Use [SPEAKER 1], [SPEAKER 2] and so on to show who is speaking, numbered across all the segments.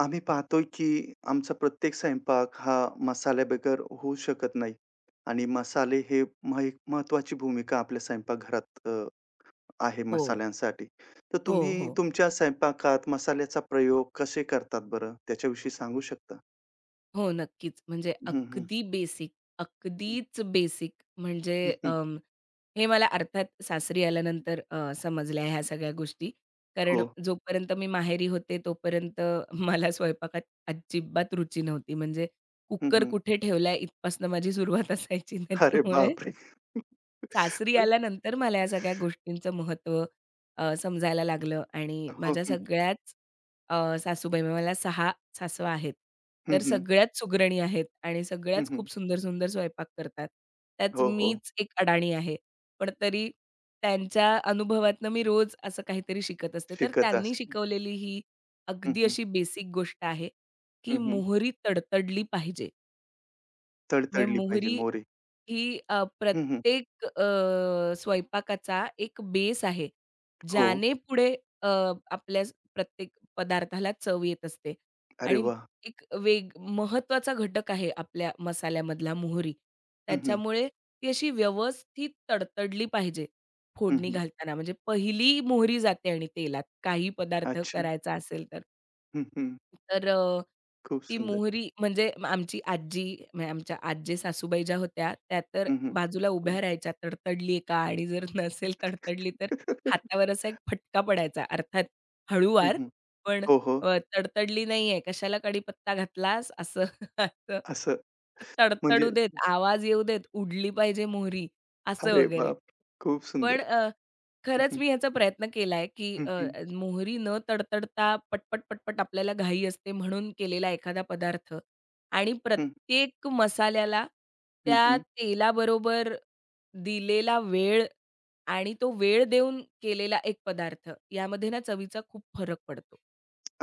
[SPEAKER 1] आम्ही पाहतोय की आमचा प्रत्येक स्वयंपाक हा मसाल्याबगैर होऊ शकत नाही आणि मसाले हे एक महत्वाची भूमिका आपल्या स्वयंपाकघरात आहे
[SPEAKER 2] हो,
[SPEAKER 1] मसाल्यांसाठी. तर
[SPEAKER 2] हो,
[SPEAKER 1] तुम्ही
[SPEAKER 2] हो.
[SPEAKER 1] तुमच्या स्वयंपाकात मसाल्याचा प्रयोग कसे करतात बरं? त्याच्याविषयी सांगू शकता?
[SPEAKER 2] हो, नक्कीच. म्हणजे
[SPEAKER 1] हं, हं.
[SPEAKER 2] अगदी बेसिक, अगदीच बेसिक म्हणजे
[SPEAKER 1] हं,
[SPEAKER 2] अं, हे मला अर्थात सासरी आल्यानंतर समजल्या ह्या सगळ्या गोष्टी. कारण
[SPEAKER 1] हो.
[SPEAKER 2] जोपर्यंत मी माहेरी होते तोपर्यंत मला स्वयंपाकात अजिबात रुची नव्हती. म्हणजे
[SPEAKER 1] हं,
[SPEAKER 2] कुकर
[SPEAKER 1] हं.
[SPEAKER 2] कुठे ठेवलाय इथपासनं माझी सुरुवात असायची
[SPEAKER 1] अरे
[SPEAKER 2] त्याच्यामुळे
[SPEAKER 1] बापरे!
[SPEAKER 2] सासरी आल्यानंतर मला या सगळ्या गोष्टींचं महत्त्व समजायला लागलं आणि
[SPEAKER 1] हो,
[SPEAKER 2] माझ्या
[SPEAKER 1] हं.
[SPEAKER 2] सगळ्याच सासूबाई म्हणजे मला 6 सासवा आहेत.
[SPEAKER 1] हं,
[SPEAKER 2] तर
[SPEAKER 1] हं.
[SPEAKER 2] सगळ्याच सुगरणी आहेत आणि सगळ्याच
[SPEAKER 1] हं,
[SPEAKER 2] खूप सुंदर-सुंदर स्वयंपाक करतात. त्यात
[SPEAKER 1] हो, हो.
[SPEAKER 2] मीच एक अडाणी आहे. पण तरी त्यांच्या अनुभवातनं मी रोज असं काहीतरी शिकत असते. तर
[SPEAKER 1] शिकत
[SPEAKER 2] त्यांनी
[SPEAKER 1] असते.
[SPEAKER 2] शिकवलेली ही
[SPEAKER 1] हं,
[SPEAKER 2] अगदी
[SPEAKER 1] हं.
[SPEAKER 2] अशी बेसिक गोष्ट आहे, की
[SPEAKER 1] हं, हं.
[SPEAKER 2] मोहरी तडतडली पाहिजे. म्हणजे
[SPEAKER 1] तडतडली पाहिजे
[SPEAKER 2] मोहरी
[SPEAKER 1] मोहरी.
[SPEAKER 2] ही
[SPEAKER 1] हं, हं.
[SPEAKER 2] प्रत्येक स्वयंपाकाचा एक बेस आहे.
[SPEAKER 1] हो.
[SPEAKER 2] ज्याने पुढे अ, आपल्या प्रत्येक पदार्थाला चव येत असते
[SPEAKER 1] अरे
[SPEAKER 2] आणि
[SPEAKER 1] वाह!
[SPEAKER 2] एक वेग महत्वाचा घटक आहे आपल्या मसाल्यामधला मोहरी.
[SPEAKER 1] हं, हं.
[SPEAKER 2] त्याच्यामुळे ती अशी व्यवस्थित तडतडली पाहिजे फोडणी
[SPEAKER 1] हं,
[SPEAKER 2] घालताना. म्हणजे पहिली मोहरी जाते आणि तेलात काही पदार्थ
[SPEAKER 1] अच्छा.
[SPEAKER 2] करायचा असेल तर.
[SPEAKER 1] हं, हं.
[SPEAKER 2] तर
[SPEAKER 1] खूप
[SPEAKER 2] ती
[SPEAKER 1] सुंदर.
[SPEAKER 2] मोहरी म्हणजे आमची आजी म्हणजे आमच्या आजी सासूबाई ज्या होत्या, त्या तर
[SPEAKER 1] हं, हं.
[SPEAKER 2] बाजूला उभ्या राहायच्या, तडतडलीये का? आणि जर नसेल तडतडली तर हातावर असा एक फटका पडायचा. अर्थात
[SPEAKER 1] हं,
[SPEAKER 2] हळूवार,
[SPEAKER 1] हं.
[SPEAKER 2] पण
[SPEAKER 1] हो, हो.
[SPEAKER 2] तडतडली नाहीये, कशाला कढीपत्ता घातलास? असं असं.
[SPEAKER 1] असं
[SPEAKER 2] तडतडू
[SPEAKER 1] म्हणजे
[SPEAKER 2] देत, आवाज येऊ देत, उडली पाहिजे मोहरी, असं
[SPEAKER 1] अरे
[SPEAKER 2] वगैरे.
[SPEAKER 1] बाप! खूप
[SPEAKER 2] पण
[SPEAKER 1] सुंदर. हं,
[SPEAKER 2] खरंच
[SPEAKER 1] हं.
[SPEAKER 2] मी ह्याचा प्रयत्न केलाय, की
[SPEAKER 1] हं, हं.
[SPEAKER 2] मोहरी न तडतडता पटपट, पटपट आपल्याला घाई असते म्हणून केलेला एखादा पदार्थ आणि
[SPEAKER 1] हं,
[SPEAKER 2] प्रत्येक मसाल्याला
[SPEAKER 1] हं,
[SPEAKER 2] त्या
[SPEAKER 1] हं.
[SPEAKER 2] तेलाबरोबर दिलेला वेळ आणि तो वेळ देऊन केलेला एक पदार्थ यामध्ये ना चवीचा खूप फरक पडतो.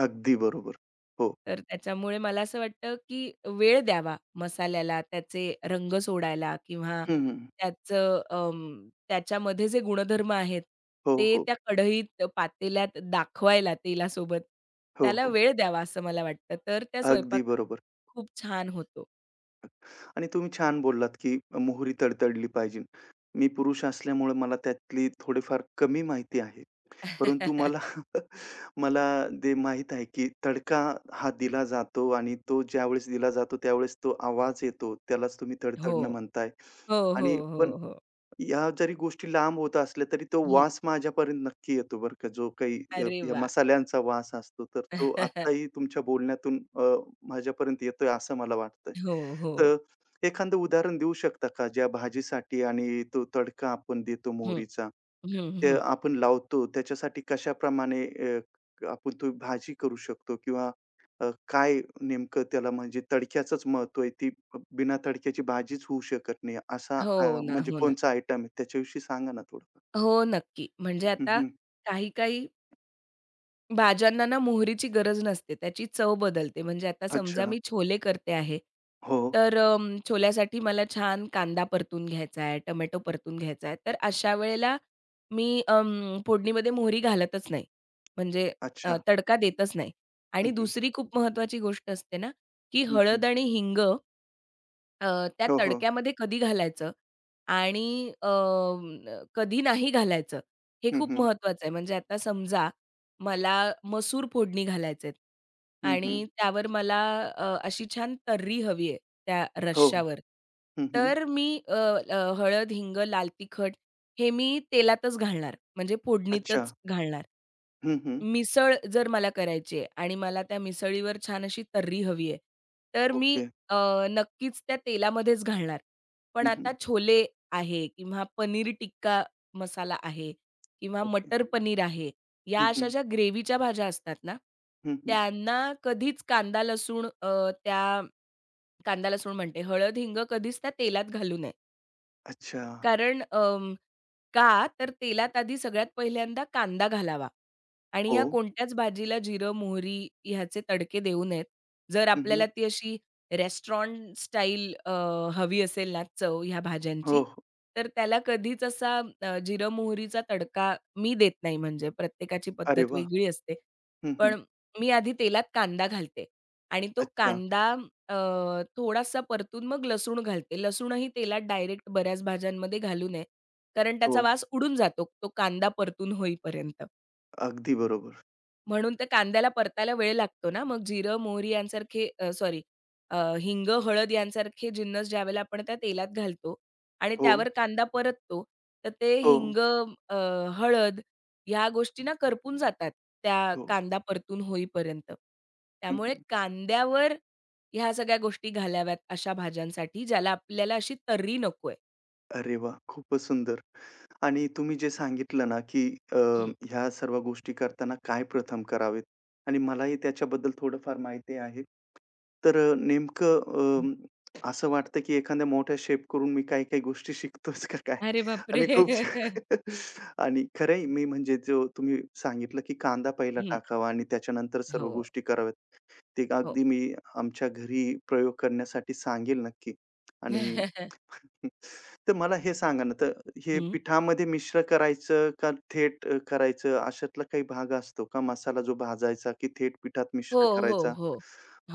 [SPEAKER 1] अगदी बरोबर. हो.
[SPEAKER 2] तर त्याच्यामुळे मला असं वाटतं, की वेळ द्यावा मसाल्याला, त्याचे रंग सोडायला किंवा
[SPEAKER 1] हं, हं.
[SPEAKER 2] त्याचं त्याच्यामध्ये जे गुणधर्म आहेत,
[SPEAKER 1] हो,
[SPEAKER 2] ते
[SPEAKER 1] हो.
[SPEAKER 2] त्या कढईत, पातेल्यात दाखवायला तेलासोबत,
[SPEAKER 1] हो,
[SPEAKER 2] त्याला
[SPEAKER 1] हो.
[SPEAKER 2] वेळ द्यावा असं मला वाटतं. तर त्या
[SPEAKER 1] अगदी
[SPEAKER 2] स्वयंपाक
[SPEAKER 1] बरोबर.
[SPEAKER 2] खूप छान होतो.
[SPEAKER 1] आणि तुम्ही छान बोललात, की मोहरी तडतडली पाहिजे. मी पुरुष असल्यामुळे मला त्यातली थोडीफार कमी माहिती आहे. परंतु मला मला ते माहीत आहे, की तडका हा दिला जातो आणि तो ज्यावेळेस दिला जातो, त्यावेळेस तो आवाज येतो. त्यालाच तुम्ही
[SPEAKER 2] हो.
[SPEAKER 1] तडतडणं म्हणताय
[SPEAKER 2] हो, हो,
[SPEAKER 1] आणि
[SPEAKER 2] हो,
[SPEAKER 1] पण
[SPEAKER 2] हो.
[SPEAKER 1] या जरी गोष्टी लांब होत असल्या, तरी तो
[SPEAKER 2] हं.
[SPEAKER 1] वास माझ्यापर्यंत नक्की येतो बरं का, जो काही
[SPEAKER 2] अरे
[SPEAKER 1] या
[SPEAKER 2] वाह!
[SPEAKER 1] मसाल्यांचा वास असतो. तर तो आत्ताही तुमच्या बोलण्यातून माझ्यापर्यंत येतोय असं मला वाटतंय.
[SPEAKER 2] हो, हो.
[SPEAKER 1] तर एखादं उदाहरण देऊ शकता का, ज्या भाजीसाठी आणि तो तडका आपण देतो
[SPEAKER 2] हं,
[SPEAKER 1] मोहरीचा?
[SPEAKER 2] हं,
[SPEAKER 1] ते
[SPEAKER 2] हं.
[SPEAKER 1] आपण लावतो त्याच्यासाठी कशाप्रमाणे आपण ती भाजी करू शकतो किंवा काय नेमकं त्याला म्हणजे तडक्याचंच महत्त्व आहे. ती बिना तडक्याची भाजीच होऊ शकत नाही. असा
[SPEAKER 2] हो ना,
[SPEAKER 1] म्हणजे
[SPEAKER 2] हो ना.
[SPEAKER 1] कोणचा आयटम आहे त्याच्याविषयी सांगा ना थोडं?
[SPEAKER 2] हो, नक्की. म्हणजे
[SPEAKER 1] हं,
[SPEAKER 2] आता
[SPEAKER 1] हं.
[SPEAKER 2] काही-काही भाज्यांना ना मोहरीची गरज नसते. त्याची चव बदलते. म्हणजे आता समजा
[SPEAKER 1] अच्छा.
[SPEAKER 2] मी छोले करते आहे,
[SPEAKER 1] हो.
[SPEAKER 2] तर छोल्यासाठी मला छान कांदा परतून घ्यायचा आहे, टोमॅटो परतून घ्यायचा आहे. तर अशा वेळेला मी फोडणीमध्ये मोहरी घालतच नाही. म्हणजे
[SPEAKER 1] अच्छा.
[SPEAKER 2] तडका देतच नाही.
[SPEAKER 1] हं,
[SPEAKER 2] आणि
[SPEAKER 1] हं.
[SPEAKER 2] दुसरी खूप महत्वाची गोष्ट असते ना, की
[SPEAKER 1] हं, हं.
[SPEAKER 2] हळद आणि हिंग त्या
[SPEAKER 1] हो, हो.
[SPEAKER 2] तडक्यामध्ये कधी घालायचं आणि कधी नाही घालायचं, हे
[SPEAKER 1] हं,
[SPEAKER 2] खूप
[SPEAKER 1] हं.
[SPEAKER 2] महत्वाचं आहे. म्हणजे आता समजा मला मसूर फोडणी घालायचेत
[SPEAKER 1] हं, हं.
[SPEAKER 2] आणि त्यावर मला अशी छान तर्री हवी आहे त्या
[SPEAKER 1] हो.
[SPEAKER 2] रश्श्यावर.
[SPEAKER 1] हं, हं.
[SPEAKER 2] तर मी हळद, हिंग, लाल तिखट हे मी तेलातच घालणार, म्हणजे
[SPEAKER 1] अच्छा.
[SPEAKER 2] फोडणीतच घालणार.
[SPEAKER 1] हं, हं.
[SPEAKER 2] मिसळ जर मला करायची आहे आणि मला त्या मिसळीवर छान अशी तर्री हवी आहे, तर मी
[SPEAKER 1] ओके.
[SPEAKER 2] नक्कीच त्या तेलामध्येच घालणार. पण
[SPEAKER 1] हं,
[SPEAKER 2] आता
[SPEAKER 1] हं.
[SPEAKER 2] छोले आहे किंवा पनीर टिक्का मसाला आहे किंवा
[SPEAKER 1] ओके.
[SPEAKER 2] मटर पनीर आहे,
[SPEAKER 1] हं,
[SPEAKER 2] या अशा
[SPEAKER 1] हं.
[SPEAKER 2] ज्या ग्रेव्हीच्या भाज्या असतात ना,
[SPEAKER 1] हं, हं.
[SPEAKER 2] त्यांना कधीच कांदा लसूण त्या कांदा लसूण म्हणते, हळद, हिंग कधीच त्या तेलात घालू नये.
[SPEAKER 1] अच्छा.
[SPEAKER 2] कारण का तर तेलात आधी सगळ्यात पहिल्यांदा कांदा घालावा आणि
[SPEAKER 1] हो.
[SPEAKER 2] या कोणत्याच भाजीला जिरं, मोहरी ह्याचे तडके देऊ नयेत. जर
[SPEAKER 1] हं, हं.
[SPEAKER 2] आपल्याला ती अशी रेस्टॉरंट स्टाईल हवी असेल ना चव ह्या
[SPEAKER 1] हो,
[SPEAKER 2] भाज्यांची,
[SPEAKER 1] हो.
[SPEAKER 2] तर त्याला कधीच असा जिरं, मोहरीचा तडका मी देत नाही म्हणजे प्रत्येकाची
[SPEAKER 1] अरे
[SPEAKER 2] पद्धत
[SPEAKER 1] वाह!
[SPEAKER 2] वेगळी असते.
[SPEAKER 1] हं, हं.
[SPEAKER 2] पण मी आधी तेलात कांदा घालते आणि तो
[SPEAKER 1] अच्छा.
[SPEAKER 2] कांदा अ, थोडासा परतून मग लसूण घालते. लसूणही तेलात डायरेक्ट बऱ्याच भाज्यांमध्ये घालू नये, कारण त्याचा
[SPEAKER 1] हो.
[SPEAKER 2] वास उडून जातो, तो कांदा परतून होईपर्यंत.
[SPEAKER 1] अगदी बरोबर.
[SPEAKER 2] म्हणून तर कांद्याला परतायला वेळ लागतो ना, मग जिरं, मोहरी यांसारखे सॉरी हिंग, हळद यांसारखे जिन्नस ज्यावेळेला आपण त्या तेलात घालतो आणि
[SPEAKER 1] हो,
[SPEAKER 2] त्यावर कांदा परततो, तर ते
[SPEAKER 1] हो,
[SPEAKER 2] हिंग, अ, हळद ह्या गोष्टी ना करपून जातात, त्या
[SPEAKER 1] हो.
[SPEAKER 2] कांदा परतून होईपर्यंत.
[SPEAKER 1] हं,
[SPEAKER 2] त्यामुळे
[SPEAKER 1] हं.
[SPEAKER 2] कांद्यावर ह्या सगळ्या गोष्टी घालाव्यात अशा भाज्यांसाठी, ज्याला आपल्याला अशी तर्री नकोय.
[SPEAKER 1] अरे वाह! खूपच सुंदर. आणि तुम्ही जे सांगितलं ना, की अ,
[SPEAKER 2] हं.
[SPEAKER 1] ह्या सर्व गोष्टी करताना काय प्रथम करावेत आणि मलाही त्याच्याबद्दल थोडंफार माहिती आहे. तर नेमकं
[SPEAKER 2] हं.
[SPEAKER 1] असं वाटतं, की एखाद्या मोठ्या शेफकडून मी काही-काही गोष्टी शिकतोच का काय?
[SPEAKER 2] अरे बापरे!
[SPEAKER 1] आणि खूप आणि खरंय मी म्हणजे जो तुम्ही सांगितलं, की कांदा पहिला
[SPEAKER 2] हं.
[SPEAKER 1] टाकावा आणि त्याच्यानंतर सर्व
[SPEAKER 2] हो,
[SPEAKER 1] गोष्टी कराव्या. ते
[SPEAKER 2] हो.
[SPEAKER 1] अगदी मी आमच्या घरी प्रयोग करण्यासाठी सांगेल नक्की आणि तर मला हे सांगा ना, तर हे
[SPEAKER 2] हं.
[SPEAKER 1] पिठामध्ये मिश्र करायचं का थेट करायचं अशातला काही भाग असतो का? मसाला जो भाजायचा की थेट पिठात
[SPEAKER 2] हो,
[SPEAKER 1] मिश्र
[SPEAKER 2] हो,
[SPEAKER 1] करायचा?
[SPEAKER 2] हो.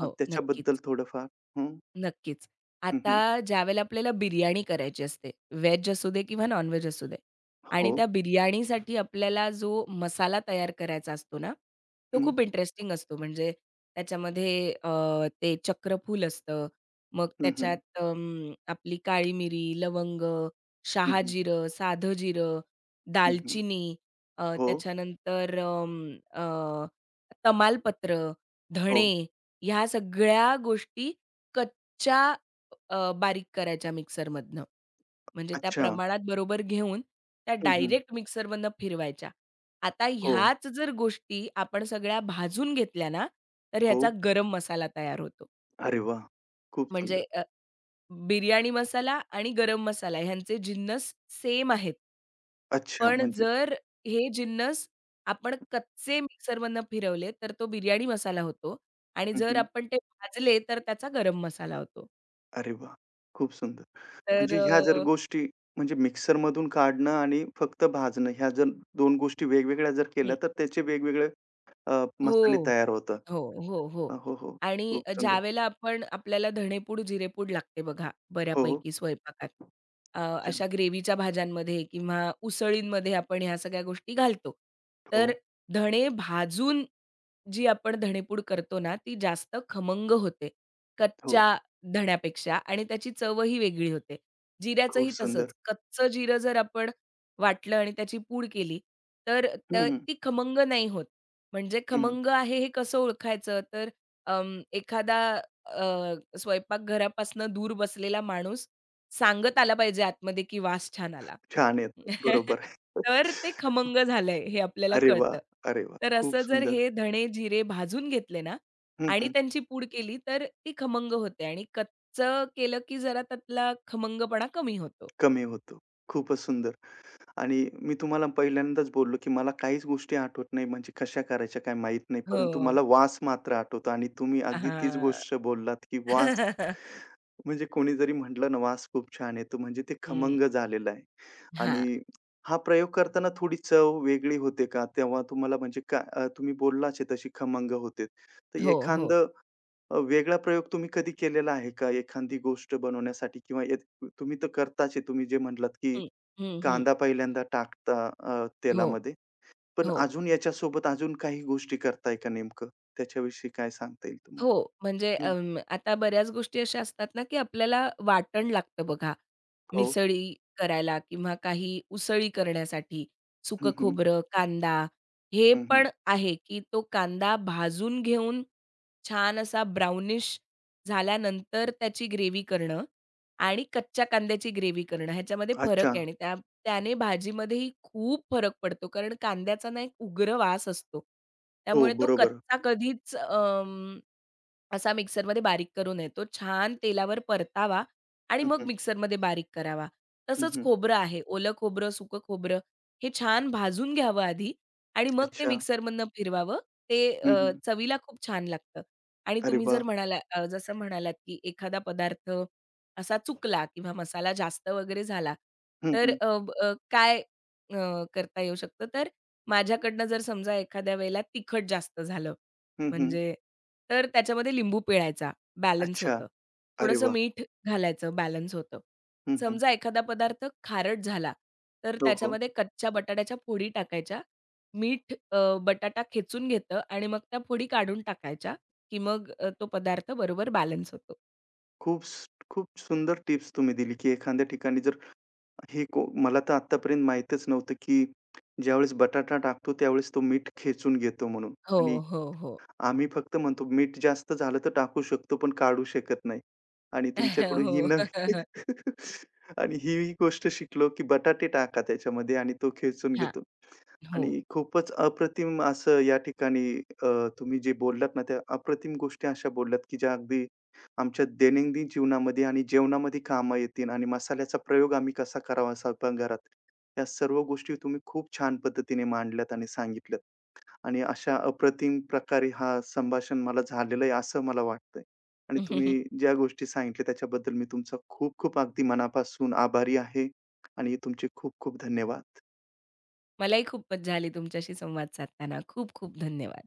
[SPEAKER 1] हां, त्याच्याबद्दल
[SPEAKER 2] नक्कीच.
[SPEAKER 1] थोडंफार? हं,
[SPEAKER 2] नक्कीच.
[SPEAKER 1] हं,
[SPEAKER 2] आता
[SPEAKER 1] हं.
[SPEAKER 2] ज्यावेळेला आपल्याला बिर्याणी करायची असते, व्हेज असू दे किंवा नॉन-व्हेज असू दे आणि
[SPEAKER 1] हो.
[SPEAKER 2] त्या बिर्याणीसाठी आपल्याला जो मसाला तयार करायचा असतो ना, तो
[SPEAKER 1] हं,
[SPEAKER 2] खूप इंटरेस्टिंग असतो. म्हणजे त्याच्यामध्ये ते चक्रफूल असतं, मग
[SPEAKER 1] हं, हं.
[SPEAKER 2] त्याच्यात आपली काळी मिरी, लवंग,
[SPEAKER 1] हं, हं.
[SPEAKER 2] शहाजिरं, साधं जिरं,
[SPEAKER 1] हं, हं.
[SPEAKER 2] दालचिनी,
[SPEAKER 1] हो,
[SPEAKER 2] त्याच्यानंतर तमालपत्र,
[SPEAKER 1] हो.
[SPEAKER 2] धणे ह्या सगळ्या गोष्टी च्या बारीक करायच्या मिक्सरमधनं. म्हणजे त्या
[SPEAKER 1] अच्छा.
[SPEAKER 2] प्रमाणात बरोबर घेऊन त्या
[SPEAKER 1] हं, हं.
[SPEAKER 2] डायरेक्ट मिक्सरमधनं फिरवायच्या. आता
[SPEAKER 1] हो,
[SPEAKER 2] ह्याच जर गोष्टी आपण सगळ्या भाजून घेतल्या ना, तर
[SPEAKER 1] हो.
[SPEAKER 2] ह्याचा गरम मसाला तयार होतो.
[SPEAKER 1] अरे वाह! खूप सुंदर.
[SPEAKER 2] म्हणजे बिर्याणी मसाला आणि गरम मसाला ह्यांचे जिन्नस सेम आहेत.
[SPEAKER 1] अच्छा
[SPEAKER 2] पण
[SPEAKER 1] म्हणजे
[SPEAKER 2] जर हे जिन्नस आपण कच्चे मिक्सरमधनं फिरवले, तर तो बिर्याणी मसाला होतो आणि
[SPEAKER 1] हं,
[SPEAKER 2] जर
[SPEAKER 1] हं.
[SPEAKER 2] आपण ते भाजले, तर त्याचा गरम मसाला होतो.
[SPEAKER 1] अरे वाह! खूप सुंदर. म्हणजे ह्या जर
[SPEAKER 2] तर
[SPEAKER 1] गोष्टी म्हणजे मिक्सरमधून काढणं आणि फक्त भाजणं ह्या जर 2 गोष्टी वेगवेगळ्या जर केल्या,
[SPEAKER 2] हं.
[SPEAKER 1] तर त्याचे वेगवेगळे मसाले
[SPEAKER 2] हो,
[SPEAKER 1] तयार होतात.
[SPEAKER 2] हो, हो, हो.
[SPEAKER 1] हो, हो.
[SPEAKER 2] आणि
[SPEAKER 1] खूप सुंदर.
[SPEAKER 2] ज्यावेळेला आपण आपल्याला धणेपूड, जिरेपूड लागते बघा
[SPEAKER 1] हो, हो.
[SPEAKER 2] बऱ्यापैकी स्वयंपाकात. अ,
[SPEAKER 1] छान.
[SPEAKER 2] अशा ग्रेव्हीच्या भाज्यांमध्ये किंवा उसळींमध्ये आपण ह्या सगळ्या गोष्टी घालतो.
[SPEAKER 1] हो,
[SPEAKER 2] तर धणे भाजून जी आपण धणेपूड करतो ना, ती जास्त खमंग होते
[SPEAKER 1] हो.
[SPEAKER 2] कच्च्या धण्यापेक्षा आणि त्याची चवही वेगळी होते.
[SPEAKER 1] खूप
[SPEAKER 2] जिऱ्याचंही
[SPEAKER 1] सुंदर.
[SPEAKER 2] तसंच. कच्चं जिरं जर आपण वाटलं आणि त्याची पूड केली, तर
[SPEAKER 1] हं, हं.
[SPEAKER 2] ती खमंग नाही होत. म्हणजे
[SPEAKER 1] हं,
[SPEAKER 2] खमंग आहे हे कसं ओळखायचं? तर एखादा अ, स्वयंपाकघरापासनं दूर बसलेला माणूस सांगत आला पाहिजे आतमध्ये, की वास छान आला.
[SPEAKER 1] छान येतं. बरोबर.
[SPEAKER 2] तर ते खमंग झालंय हे आपल्याला
[SPEAKER 1] अरे वाह!
[SPEAKER 2] कळतं.
[SPEAKER 1] अरे वाह!
[SPEAKER 2] तर
[SPEAKER 1] खूप
[SPEAKER 2] असं जर
[SPEAKER 1] सुंदर.
[SPEAKER 2] हे धणे, जिरे भाजून घेतले ना
[SPEAKER 1] हं,
[SPEAKER 2] आणि
[SPEAKER 1] हं.
[SPEAKER 2] त्यांची पूड केली तर ती खमंग होते आणि कच्चं केलं की जरा त्यातला खमंगपणा कमी होतो.
[SPEAKER 1] कमी होतो. खूपच सुंदर. आणि मी तुम्हाला पहिल्यांदाच बोललो, की मला काहीच गोष्टी आठवत नाही, म्हणजे कशा करायच्या काय माहीत नाही. परंतु मला
[SPEAKER 2] हो.
[SPEAKER 1] वास मात्र आठवतो आणि तुम्ही अगदी तीच
[SPEAKER 2] हां.
[SPEAKER 1] गोष्ट बोललात, की वास म्हणजे कोणी जरी म्हटलं ना, वास खूप छान येतो, म्हणजे ते
[SPEAKER 2] हं.
[SPEAKER 1] खमंग झालेलं आहे.
[SPEAKER 2] हां.
[SPEAKER 1] आणि हा प्रयोग करताना थोडी चव वेगळी होते का? तेव्हा तुम्हाला म्हणजे का तुम्ही बोललाच आहे तशी खमंग होते. तर
[SPEAKER 2] हो, हो.
[SPEAKER 1] एखादं वेगळा प्रयोग तुम्ही कधी केलेला आहे का? एखादी गोष्ट बनवण्यासाठी किंवा एक तुम्ही तर करताच आहे. तुम्ही जे म्हटलात, की
[SPEAKER 2] हं. हं, हं.
[SPEAKER 1] कांदा पहिल्यांदा टाकता
[SPEAKER 2] हो,
[SPEAKER 1] तेलामध्ये. पण
[SPEAKER 2] हो.
[SPEAKER 1] अजून याच्यासोबत अजून काही गोष्टी करताय का नेमकं? त्याच्याविषयी काय सांगता येईल तुम्हाला?
[SPEAKER 2] हो, म्हणजे
[SPEAKER 1] हं.
[SPEAKER 2] आता बऱ्याच गोष्टी अशा असतात ना, की आपल्याला वाटण लागतं बघा.
[SPEAKER 1] हो.
[SPEAKER 2] मिसळी करायला किंवा काही उसळी करण्यासाठी
[SPEAKER 1] हं,
[SPEAKER 2] सुकं
[SPEAKER 1] हं.
[SPEAKER 2] खोबरं, कांदा हे
[SPEAKER 1] हं, हं.
[SPEAKER 2] पण आहे, की तो कांदा भाजून घेऊन छान असा ब्राउनिश झाल्यानंतर त्याची ग्रेव्ही करणं आणि कच्च्या कांद्याची ग्रेव्ही करणं ह्याच्यामध्ये
[SPEAKER 1] अच्छा.
[SPEAKER 2] फरक आहे आणि त्याने भाजीमध्येही खूप फरक पडतो. कारण कांद्याचा ना एक उग्र वास असतो.
[SPEAKER 1] हो,
[SPEAKER 2] त्यामुळे तो
[SPEAKER 1] बरोबर.
[SPEAKER 2] कच्चा कधीच असा मिक्सरमध्ये बारीक करून येतो. छान तेलावर परतावा आणि
[SPEAKER 1] हं,
[SPEAKER 2] मग
[SPEAKER 1] हं.
[SPEAKER 2] मिक्सरमध्ये बारीक करावा.
[SPEAKER 1] हं,
[SPEAKER 2] तसंच
[SPEAKER 1] हं.
[SPEAKER 2] खोबरं आहे. ओलं खोबरं, सुकं खोबरं हे छान भाजून घ्यावं आधी आणि मग ते
[SPEAKER 1] अच्छा.
[SPEAKER 2] मिक्सरमधनं फिरवावं. ते
[SPEAKER 1] हं, हं.
[SPEAKER 2] चवीला खूप छान लागतं. आणि
[SPEAKER 1] अरे
[SPEAKER 2] तुम्ही
[SPEAKER 1] वाह!
[SPEAKER 2] जर म्हणाला जसं म्हणालात, की एखादा पदार्थ असा चुकला किंवा मसाला जास्त वगैरे झाला,
[SPEAKER 1] हं,
[SPEAKER 2] तर
[SPEAKER 1] हं.
[SPEAKER 2] काय करता येऊ शकतं? तर माझ्याकडनं जर समजा एखाद्या वेळेला तिखट जास्त झालं
[SPEAKER 1] हं, हं.
[SPEAKER 2] म्हणजे तर त्याच्यामध्ये लिंबू पिळायचा, बॅलन्स
[SPEAKER 1] अच्छा.
[SPEAKER 2] होतं.
[SPEAKER 1] अरे
[SPEAKER 2] थोडंसं
[SPEAKER 1] वाह!
[SPEAKER 2] मीठ घालायचं, बॅलन्स होतं.
[SPEAKER 1] हं, हं.
[SPEAKER 2] समजा एखादा पदार्थ खारट झाला, तर
[SPEAKER 1] हो, हो.
[SPEAKER 2] त्याच्यामध्ये कच्च्या बटाट्याच्या फोडी टाकायच्या. मीठ बटाटा खेचून घेतं आणि मग त्या फोडी काढून टाकायच्या, की मग तो पदार्थ बरोबर बॅलन्स होतो.
[SPEAKER 1] खूप स खूप सुंदर टिप्स तुम्ही दिली, की एखाद्या ठिकाणी जर हे को मला तर आत्तापर्यंत माहीतच नव्हतं, की ज्यावेळेस बटाटा टाकतो, त्यावेळेस तो मीठ खेचून घेतो म्हणून
[SPEAKER 2] हो,
[SPEAKER 1] आणि
[SPEAKER 2] हो, हो.
[SPEAKER 1] आम्ही फक्त म्हणतो, "मीठ जास्त झालं तर टाकू शकतो, पण काढू शकत नाही." आणि तुमच्याकडून ही
[SPEAKER 2] हो.
[SPEAKER 1] नवीन आणि ही गोष्ट शिकलो, की बटाटे टाका त्याच्यामध्ये आणि तो खेचून
[SPEAKER 2] हां,
[SPEAKER 1] घेतो.
[SPEAKER 2] हो.
[SPEAKER 1] आणि खूपच अप्रतिम असं या ठिकाणी तुम्ही जे बोललात ना, त्या अप्रतिम गोष्टी अशा बोलल्यात, की ज्या अगदी आमच्या दैनंदिन जीवनामध्ये आणि जेवणामध्ये कामं येतील आणि मसाल्याचा प्रयोग आम्ही कसा करावा स्वयंपाकघरात. या सर्व गोष्टी तुम्ही खूप छान पद्धतीने मांडल्यात आणि सांगितल्यात आणि अशा अप्रतिम प्रकारे हा संभाषण मला झालेलं आहे, असं मला वाटतंय. आणि तुम्ही ज्या गोष्टी सांगितल्या त्याच्याबद्दल मी तुमचा खूप-खूप अगदी मनापासून आभारी आहे आणि तुमचे खूप-खूप धन्यवाद.
[SPEAKER 2] मलाही खूप मज्जा आली तुमच्याशी संवाद साधताना. खूप खूप धन्यवाद.